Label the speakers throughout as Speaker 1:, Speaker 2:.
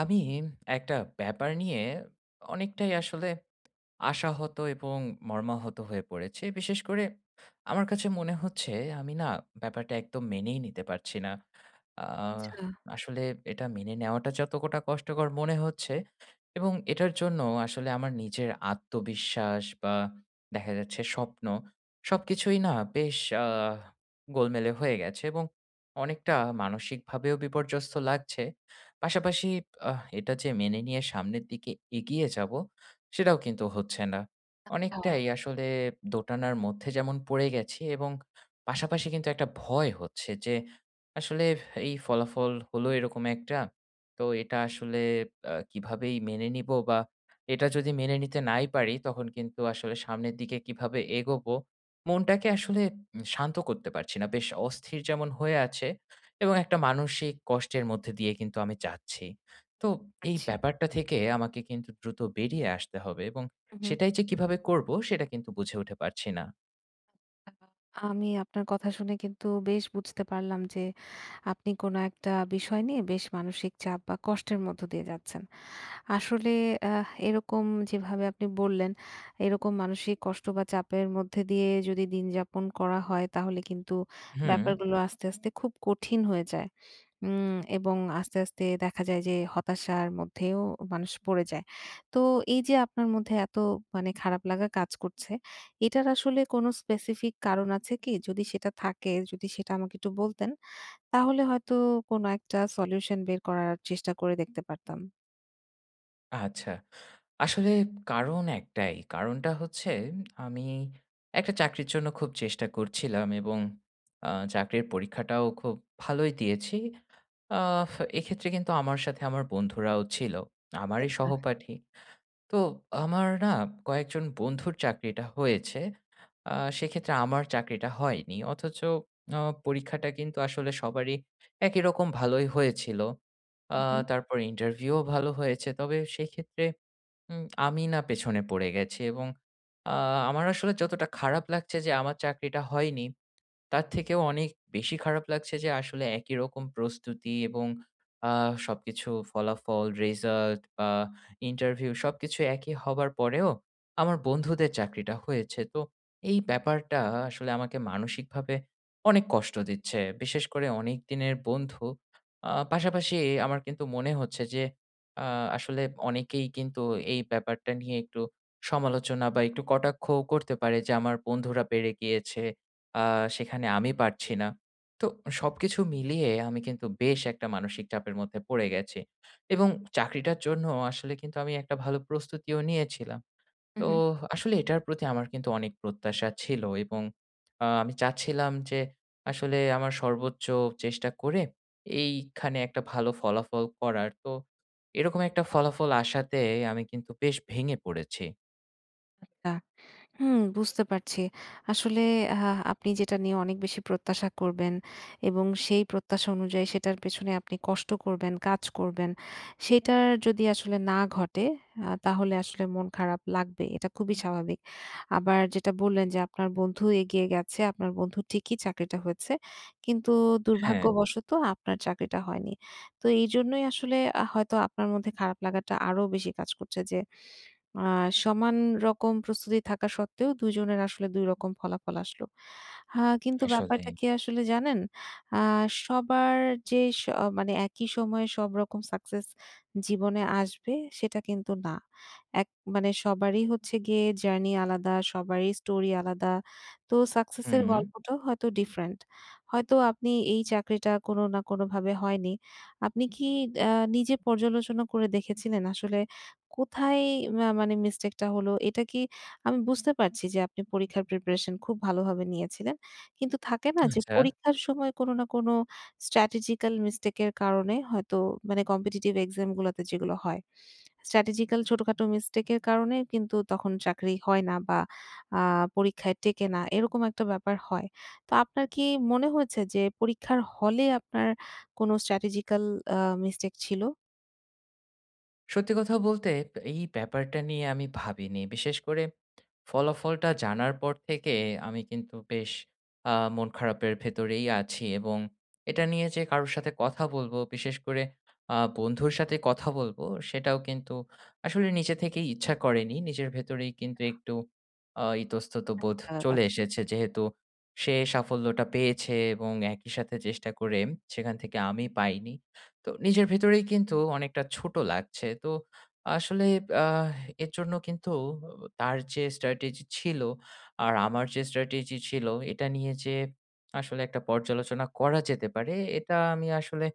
Speaker 1: আমি একটা ব্যাপার নিয়ে অনেকটাই আসলে আশাহত এবং মর্মাহত হয়ে পড়েছি। বিশেষ করে আমার কাছে মনে হচ্ছে আমি না ব্যাপারটা একদম মেনেই নিতে পারছি না। আ
Speaker 2: আচ্ছা।
Speaker 1: আসলে এটা মেনে নেওয়াটা যতটা কষ্টকর মনে হচ্ছে, এবং এটার জন্য আসলে আমার নিজের আত্মবিশ্বাস বা দেখা যাচ্ছে স্বপ্ন সবকিছুই না বেশ আ গোলমেলে হয়ে গেছে, এবং অনেকটা মানসিকভাবেও বিপর্যস্ত লাগছে। পাশাপাশি এটা যে মেনে নিয়ে সামনের দিকে এগিয়ে যাব, সেটাও কিন্তু হচ্ছে না। অনেকটাই আসলে দোটানার মধ্যে যেমন পড়ে গেছি, এবং পাশাপাশি কিন্তু একটা ভয় হচ্ছে যে, আসলে এই ফলাফল হলো এরকম একটা। তো এটা আসলে কিভাবেই মেনে নিবো, বা এটা যদি মেনে নিতে নাই পারি, তখন কিন্তু আসলে সামনের দিকে কিভাবে এগোবো, মনটাকে আসলে শান্ত করতে পারছি না। বেশ অস্থির যেমন হয়ে আছে, এবং একটা মানসিক কষ্টের মধ্যে দিয়ে কিন্তু আমি যাচ্ছি। তো এই
Speaker 2: পারছি।
Speaker 1: ব্যাপারটা থেকে আমাকে কিন্তু দ্রুত বেরিয়ে আসতে হবে, এবং
Speaker 2: উহু।
Speaker 1: সেটাই যে কিভাবে করব সেটা কিন্তু বুঝে উঠে পারছি না।
Speaker 2: আমি আপনার কথা শুনে কিন্তু বেশ বুঝতে পারলাম যে আপনি কোনো একটা বিষয় নিয়ে বেশ মানসিক চাপ বা কষ্টের মধ্য দিয়ে যাচ্ছেন। আসলে এরকম যেভাবে আপনি বললেন এরকম মানসিক কষ্ট বা চাপের মধ্যে দিয়ে যদি দিন যাপন করা হয় তাহলে কিন্তু
Speaker 1: হুম,
Speaker 2: ব্যাপারগুলো আস্তে আস্তে খুব কঠিন হয়ে যায়। এবং আস্তে আস্তে দেখা যায় যে হতাশার মধ্যেও মানুষ পড়ে যায়। তো এই যে আপনার মধ্যে এত মানে খারাপ লাগা কাজ করছে, এটার আসলে কোনো স্পেসিফিক কারণ আছে কি? যদি সেটা থাকে, যদি সেটা আমাকে একটু বলতেন, তাহলে হয়তো কোনো একটা সলিউশন বের করার চেষ্টা করে দেখতে পারতাম।
Speaker 1: আচ্ছা। আসলে কারণ একটাই। কারণটা হচ্ছে আমি একটা চাকরির জন্য খুব চেষ্টা করছিলাম, এবং চাকরির পরীক্ষাটাও খুব ভালোই দিয়েছি। আহ এক্ষেত্রে কিন্তু আমার সাথে আমার বন্ধুরাও ছিল। আমারই সহপাঠী। তো আমার না কয়েকজন বন্ধুর চাকরিটা হয়েছে। আ সেক্ষেত্রে আমার চাকরিটা হয়নি। অথচ আ পরীক্ষাটা কিন্তু আসলে সবারই একই রকম ভালোই হয়েছিল। আ তারপর ইন্টারভিউও ভালো হয়েছে। তবে সেক্ষেত্রে আমি না পেছনে পড়ে গেছি, এবং আ আমার আসলে যতটা খারাপ লাগছে যে আমার চাকরিটা হয়নি, তার থেকেও অনেক বেশি খারাপ লাগছে যে আসলে একই রকম প্রস্তুতি এবং আ সবকিছু ফলাফল, রেজাল্ট বা ইন্টারভিউ সবকিছু একই হবার পরেও আমার বন্ধুদের চাকরিটা হয়েছে। তো এই ব্যাপারটা আসলে আমাকে মানসিকভাবে অনেক কষ্ট দিচ্ছে। বিশেষ করে অনেক দিনের বন্ধু। পাশাপাশি আমার কিন্তু মনে হচ্ছে যে আ আসলে অনেকেই কিন্তু এই ব্যাপারটা নিয়ে একটু সমালোচনা বা একটু কটাক্ষও করতে পারে যে আমার বন্ধুরা পেরে গিয়েছে, আ সেখানে আমি পারছি না। তো সবকিছু মিলিয়ে আমি কিন্তু বেশ একটা মানসিক চাপের মধ্যে পড়ে গেছি, এবং চাকরিটার জন্য আসলে কিন্তু আমি একটা ভালো প্রস্তুতিও নিয়েছিলাম। তো
Speaker 2: হম,
Speaker 1: আসলে এটার প্রতি আমার কিন্তু অনেক প্রত্যাশা ছিল, এবং আমি চাচ্ছিলাম যে আসলে আমার সর্বোচ্চ চেষ্টা করে এইখানে একটা ভালো ফলাফল করার। তো এরকম একটা ফলাফল আসাতে আমি কিন্তু বেশ ভেঙে পড়েছি।
Speaker 2: হ্যাঁ। হুম, বুঝতে পারছি। আসলে আ আপনি যেটা নিয়ে অনেক বেশি প্রত্যাশা করবেন এবং সেই প্রত্যাশা অনুযায়ী সেটার পেছনে আপনি কষ্ট করবেন, কাজ করবেন। সেটার যদি আসলে না ঘটে তাহলে আসলে মন খারাপ লাগবে। এটা খুবই স্বাভাবিক। আবার যেটা বললেন যে আপনার বন্ধু এগিয়ে গেছে, আপনার বন্ধুর ঠিকই চাকরিটা হয়েছে। কিন্তু
Speaker 1: হ্যাঁ,
Speaker 2: দুর্ভাগ্যবশত আপনার চাকরিটা হয়নি। তো এইজন্যই আসলে হয়তো আপনার মধ্যে খারাপ লাগাটা আরো বেশি কাজ করছে যে আ সমান রকম প্রস্তুতি থাকা সত্ত্বেও ২ জনের আসলে ২ রকম ফলাফল আসলো। হা কিন্তু
Speaker 1: আসলেই।
Speaker 2: ব্যাপারটা কি আসলে জানেন? আ সবার যে স মানে একই সময়ে সব রকম সাকসেস জীবনে আসবে সেটা কিন্তু না। এক মানে সবারই হচ্ছে গিয়ে জার্নি আলাদা, সবারই স্টোরি আলাদা। তো সাকসেসের
Speaker 1: হুম,
Speaker 2: গল্পটাও হয়তো ডিফারেন্ট। হয়তো আপনি এই চাকরিটা কোনো না কোনোভাবে হয়নি। আপনি কি আ নিজে পর্যালোচনা করে দেখেছিলেন আসলে কোথায় মানে মিস্টেকটা হলো? এটা কি, আমি বুঝতে পারছি যে আপনি পরীক্ষার প্রিপারেশন খুব ভালোভাবে নিয়েছিলেন। কিন্তু থাকে না যে
Speaker 1: আচ্ছা।
Speaker 2: পরীক্ষার সময় কোনো না কোনো strategical mistake এর কারণে হয়তো, মানে কম্পিটিটিভ এক্সাম গুলাতে যেগুলো হয়। strategical ছোটখাটো মিস্টেক এর কারণে কিন্তু তখন চাকরি হয় না বা আ পরীক্ষায় টেকে না। এরকম একটা ব্যাপার হয়। তো আপনার কি মনে হয়েছে যে পরীক্ষার হলে আপনার কোনো strategical আ মিস্টেক ছিল?
Speaker 1: সত্যি কথা বলতে এই ব্যাপারটা নিয়ে আমি ভাবিনি। বিশেষ করে, ফলাফলটা জানার পর থেকে আমি কিন্তু বেশ মন খারাপের ভেতরেই আছি, এবং এটা নিয়ে যে কারোর সাথে কথা বলবো, বিশেষ করে বন্ধুর সাথে কথা বলবো, সেটাও কিন্তু আসলে নিজে থেকেই ইচ্ছা করেনি। নিজের ভেতরেই কিন্তু একটু ইতস্তত বোধ
Speaker 2: আ
Speaker 1: চলে
Speaker 2: কাজ
Speaker 1: এসেছে। যেহেতু সে সাফল্যটা পেয়েছে, এবং একই সাথে চেষ্টা করে সেখান থেকে আমি পাইনি। তো নিজের ভেতরেই কিন্তু অনেকটা ছোট লাগছে। তো আসলে আ এর জন্য কিন্তু তার যে স্ট্র্যাটেজি ছিল, আর আমার যে স্ট্র্যাটেজি ছিল, এটা নিয়ে যে আসলে একটা পর্যালোচনা করা যেতে পারে, এটা আমি আসলে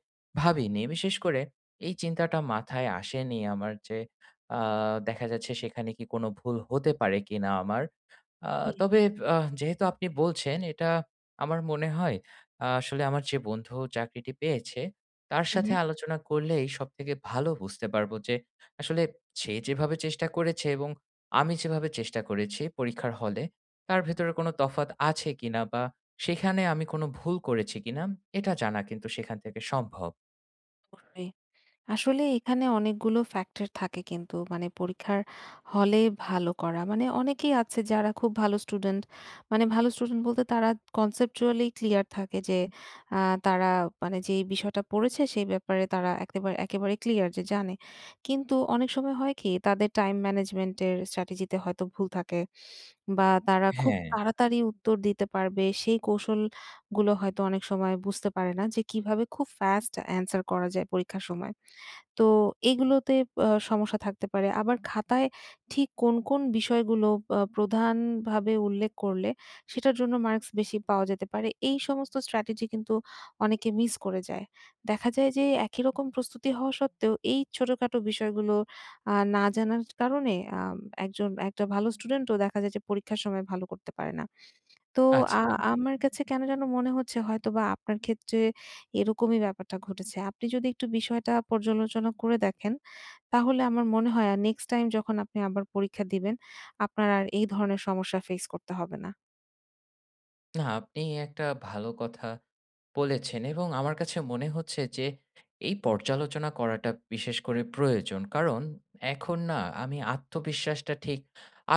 Speaker 1: ভাবিনি। বিশেষ করে এই চিন্তাটা মাথায় আসেনি আমার যে আ দেখা যাচ্ছে সেখানে কি কোনো ভুল হতে পারে কিনা আমার? আ
Speaker 2: জি,
Speaker 1: তবে আ যেহেতু আপনি বলছেন, এটা আমার মনে হয় আসলে আমার যে বন্ধু চাকরিটি পেয়েছে, তার
Speaker 2: হু,
Speaker 1: সাথে
Speaker 2: হু।
Speaker 1: আলোচনা করলেই সবথেকে ভালো বুঝতে পারবো যে আসলে সে যেভাবে চেষ্টা করেছে, এবং আমি যেভাবে চেষ্টা করেছি পরীক্ষার হলে, তার ভেতরে কোনো তফাৎ আছে কিনা, বা সেখানে আমি কোনো ভুল করেছি কিনা, এটা জানা কিন্তু সেখান থেকে সম্ভব।
Speaker 2: অবশ্যই। আসলে এখানে অনেকগুলো ফ্যাক্টর থাকে কিন্তু, মানে পরীক্ষার হলে ভালো করা। মানে অনেকেই আছে যারা খুব ভালো স্টুডেন্ট। মানে ভালো স্টুডেন্ট বলতে তারা কনসেপচুয়ালি ক্লিয়ার থাকে যে আ তারা মানে যেই বিষয়টা পড়েছে সেই ব্যাপারে তারা একেবারে একেবারে ক্লিয়ার যে জানে। কিন্তু অনেক সময় হয় কি, তাদের টাইম ম্যানেজমেন্ট এর স্ট্র্যাটেজিতে হয়তো ভুল থাকে বা তারা খুব
Speaker 1: হ্যাঁ।
Speaker 2: তাড়াতাড়ি উত্তর দিতে পারবে সেই কৌশলগুলো হয়তো অনেক সময় বুঝতে পারে না যে কিভাবে খুব ফাস্ট অ্যান্সার করা যায় পরীক্ষার সময়। তো এগুলোতে সমস্যা থাকতে পারে। আবার খাতায় ঠিক কোন বিষয়গুলো প্রধানভাবে উল্লেখ করলে সেটার জন্য মার্কস বেশি পাওয়া যেতে পারে। এই সমস্ত স্ট্র্যাটেজি কিন্তু অনেকে মিস করে যায়। দেখা যায় যে একই রকম প্রস্তুতি হওয়া সত্ত্বেও এই ছোটখাটো বিষয়গুলো না জানার কারণে আম একজন একটা ভালো স্টুডেন্টও দেখা যায় যে পরীক্ষার সময় ভালো করতে পারে না। তো আ
Speaker 1: আচ্ছা।
Speaker 2: আমার কাছে কেন যেন মনে হচ্ছে হয়তোবা আপনার ক্ষেত্রে এরকমই ব্যাপারটা ঘটেছে। আপনি যদি একটু বিষয়টা পর্যালোচনা করে দেখেন, তাহলে আমার মনে হয় আর নেক্সট টাইম যখন আপনি আবার পরীক্ষা দিবেন, আপনার আর এই ধরনের সমস্যা ফেস করতে হবে না।
Speaker 1: না, আপনি একটা ভালো কথা বলেছেন, এবং আমার কাছে মনে হচ্ছে যে এই পর্যালোচনা করাটা বিশেষ করে প্রয়োজন। কারণ এখন না আমি আত্মবিশ্বাসটা ঠিক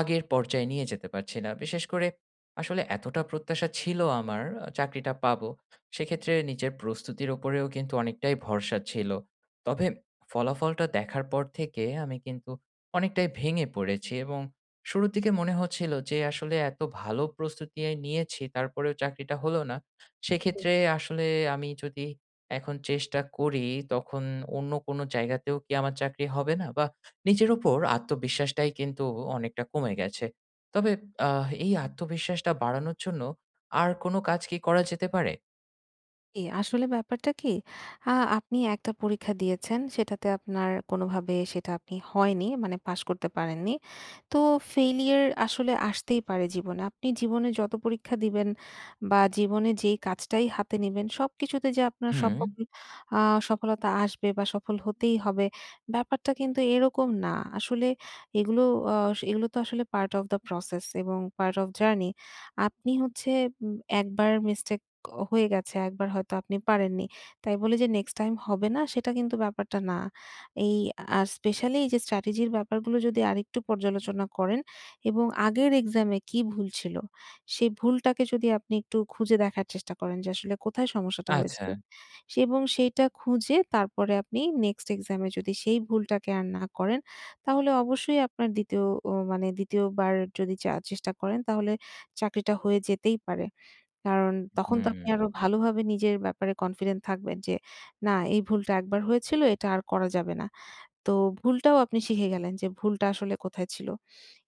Speaker 1: আগের পর্যায়ে নিয়ে যেতে পারছি না। বিশেষ করে আসলে এতটা প্রত্যাশা ছিল আমার চাকরিটা পাবো। সেক্ষেত্রে নিজের প্রস্তুতির উপরেও কিন্তু অনেকটাই ভরসা ছিল। তবে ফলাফলটা দেখার পর থেকে আমি কিন্তু অনেকটাই ভেঙে পড়েছি, এবং শুরুর দিকে মনে হচ্ছিল যে আসলে এত ভালো প্রস্তুতি নিয়েছি তারপরেও চাকরিটা হলো না। সেক্ষেত্রে আসলে আমি যদি এখন চেষ্টা করি, তখন অন্য কোনো জায়গাতেও কি আমার চাকরি হবে না? বা নিজের উপর আত্মবিশ্বাসটাই কিন্তু অনেকটা কমে গেছে। তবে এই আত্মবিশ্বাসটা বাড়ানোর জন্য আর কোনো কাজ কি করা যেতে পারে?
Speaker 2: জি, আসলে ব্যাপারটা কি? আ আপনি একটা পরীক্ষা দিয়েছেন, সেটাতে আপনার কোনোভাবে সেটা আপনি হয়নি, মানে পাস করতে পারেননি। তো ফেইলিউর আসলে আসতেই পারে জীবনে। আপনি জীবনে যত পরীক্ষা দিবেন বা জীবনে যেই কাজটাই হাতে নিবেন, সবকিছুতে যে আপনার
Speaker 1: হুম,
Speaker 2: সফল আ সফলতা আসবে বা সফল হতেই হবে, ব্যাপারটা কিন্তু এরকম না। আসলে এগুলো আ এগুলো তো আসলে পার্ট অফ দ্য প্রসেস এবং পার্ট অফ জার্নি। আপনি হচ্ছে উম একবার মিস্টেক হয়ে গেছে। একবার হয়তো আপনি পারেননি। তাই বলে যে নেক্সট টাইম হবে না সেটা কিন্তু ব্যাপারটা না। এই আর স্পেশালি এই যে স্ট্র্যাটেজির ব্যাপারগুলো যদি আরেকটু পর্যালোচনা করেন এবং আগের এক্সামে কি ভুল ছিল, সেই ভুলটাকে যদি আপনি একটু খুঁজে দেখার চেষ্টা করেন যে আসলে কোথায় সমস্যাটা
Speaker 1: আচ্ছা।
Speaker 2: হয়েছিল। সে এবং সেইটা খুঁজে তারপরে আপনি নেক্সট এক্সামে যদি সেই ভুলটাকে আর না করেন, তাহলে অবশ্যই আপনার ২য় ও মানে ২য় বার যদি চেষ্টা করেন তাহলে চাকরিটা হয়ে যেতেই পারে। কারণ তখন তো
Speaker 1: হুম,
Speaker 2: আপনি আরো ভালোভাবে নিজের ব্যাপারে কনফিডেন্ট থাকবেন যে, না এই ভুলটা একবার হয়েছিল এটা আর করা যাবে না। তো ভুলটাও আপনি শিখে গেলেন যে ভুলটা আসলে কোথায় ছিল।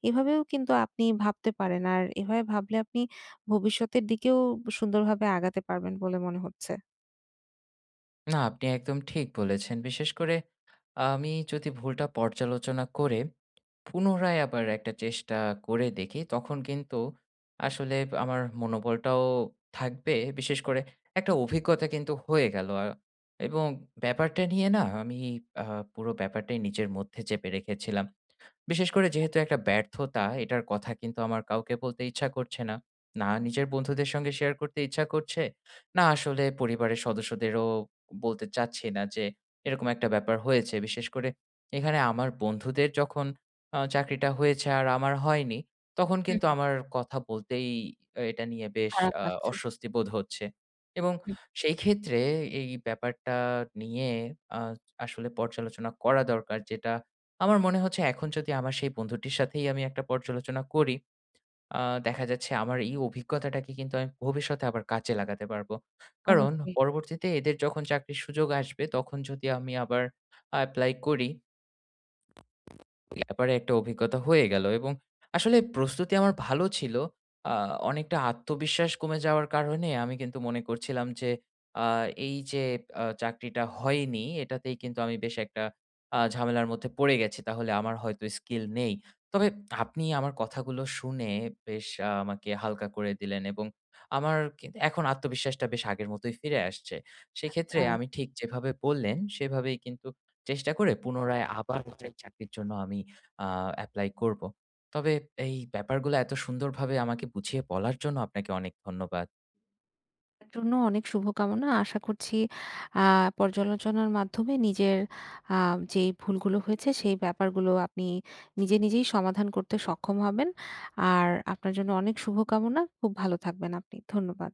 Speaker 2: এভাবেও কিন্তু আপনি ভাবতে পারেন। আর এভাবে ভাবলে আপনি ভবিষ্যতের দিকেও সুন্দরভাবে আগাতে পারবেন বলে মনে হচ্ছে।
Speaker 1: না আপনি একদম ঠিক বলেছেন। বিশেষ করে আমি যদি ভুলটা পর্যালোচনা করে পুনরায় আবার একটা চেষ্টা করে দেখি, তখন কিন্তু আসলে আমার মনোবলটাও থাকবে। বিশেষ করে একটা অভিজ্ঞতা কিন্তু হয়ে গেল। এবং ব্যাপারটা নিয়ে না আমি আ পুরো ব্যাপারটাই নিজের মধ্যে চেপে রেখেছিলাম। বিশেষ করে যেহেতু একটা ব্যর্থতা, এটার কথা কিন্তু আমার কাউকে বলতে ইচ্ছা করছে না। না নিজের বন্ধুদের সঙ্গে শেয়ার করতে ইচ্ছা করছে, না আসলে পরিবারের সদস্যদেরও বলতে চাচ্ছি না যে এরকম একটা ব্যাপার হয়েছে। বিশেষ করে এখানে আমার বন্ধুদের যখন চাকরিটা হয়েছে আর আমার হয়নি, তখন কিন্তু
Speaker 2: হুম,
Speaker 1: আমার কথা বলতেই এটা নিয়ে বেশ
Speaker 2: খারাপ লাগছে।
Speaker 1: অস্বস্তি বোধ হচ্ছে। এবং
Speaker 2: হুম,
Speaker 1: সেই ক্ষেত্রে এই ব্যাপারটা নিয়ে আ আসলে পর্যালোচনা করা দরকার, যেটা আমার মনে হচ্ছে এখন যদি আমার সেই বন্ধুটির সাথেই আমি একটা পর্যালোচনা করি, আ দেখা যাচ্ছে আমার এই অভিজ্ঞতাটাকে কিন্তু আমি ভবিষ্যতে আবার কাজে লাগাতে পারবো। কারণ
Speaker 2: অবশ্যই।
Speaker 1: পরবর্তীতে এদের যখন চাকরির সুযোগ আসবে, তখন যদি আমি আবার এপ্লাই করি ব্যাপারে একটা অভিজ্ঞতা হয়ে গেল, এবং আসলে প্রস্তুতি আমার ভালো ছিল। আ অনেকটা আত্মবিশ্বাস কমে যাওয়ার কারণে আমি কিন্তু মনে করছিলাম যে আ এই যে চাকরিটা হয়নি এটাতেই কিন্তু আমি বেশ একটা ঝামেলার মধ্যে পড়ে গেছি। তাহলে আমার হয়তো স্কিল নেই। তবে আপনি আমার কথাগুলো শুনে বেশ আমাকে হালকা করে দিলেন, এবং আমার কিন্তু এখন আত্মবিশ্বাসটা বেশ আগের মতোই ফিরে আসছে। সেক্ষেত্রে
Speaker 2: হ্যাঁ।
Speaker 1: আমি ঠিক যেভাবে বললেন সেভাবেই কিন্তু চেষ্টা করে পুনরায় আবার চাকরির জন্য আমি আ এপ্লাই করব। তবে এই ব্যাপারগুলো এত সুন্দরভাবে আমাকে বুঝিয়ে বলার জন্য আপনাকে অনেক ধন্যবাদ।
Speaker 2: আপনার জন্য অনেক শুভকামনা। আশা করছি আ পর্যালোচনার মাধ্যমে নিজের আ যেই ভুলগুলো হয়েছে সেই ব্যাপারগুলো আপনি নিজে, নিজেই সমাধান করতে সক্ষম হবেন। আর আপনার জন্য অনেক শুভকামনা। খুব ভালো থাকবেন আপনি। ধন্যবাদ।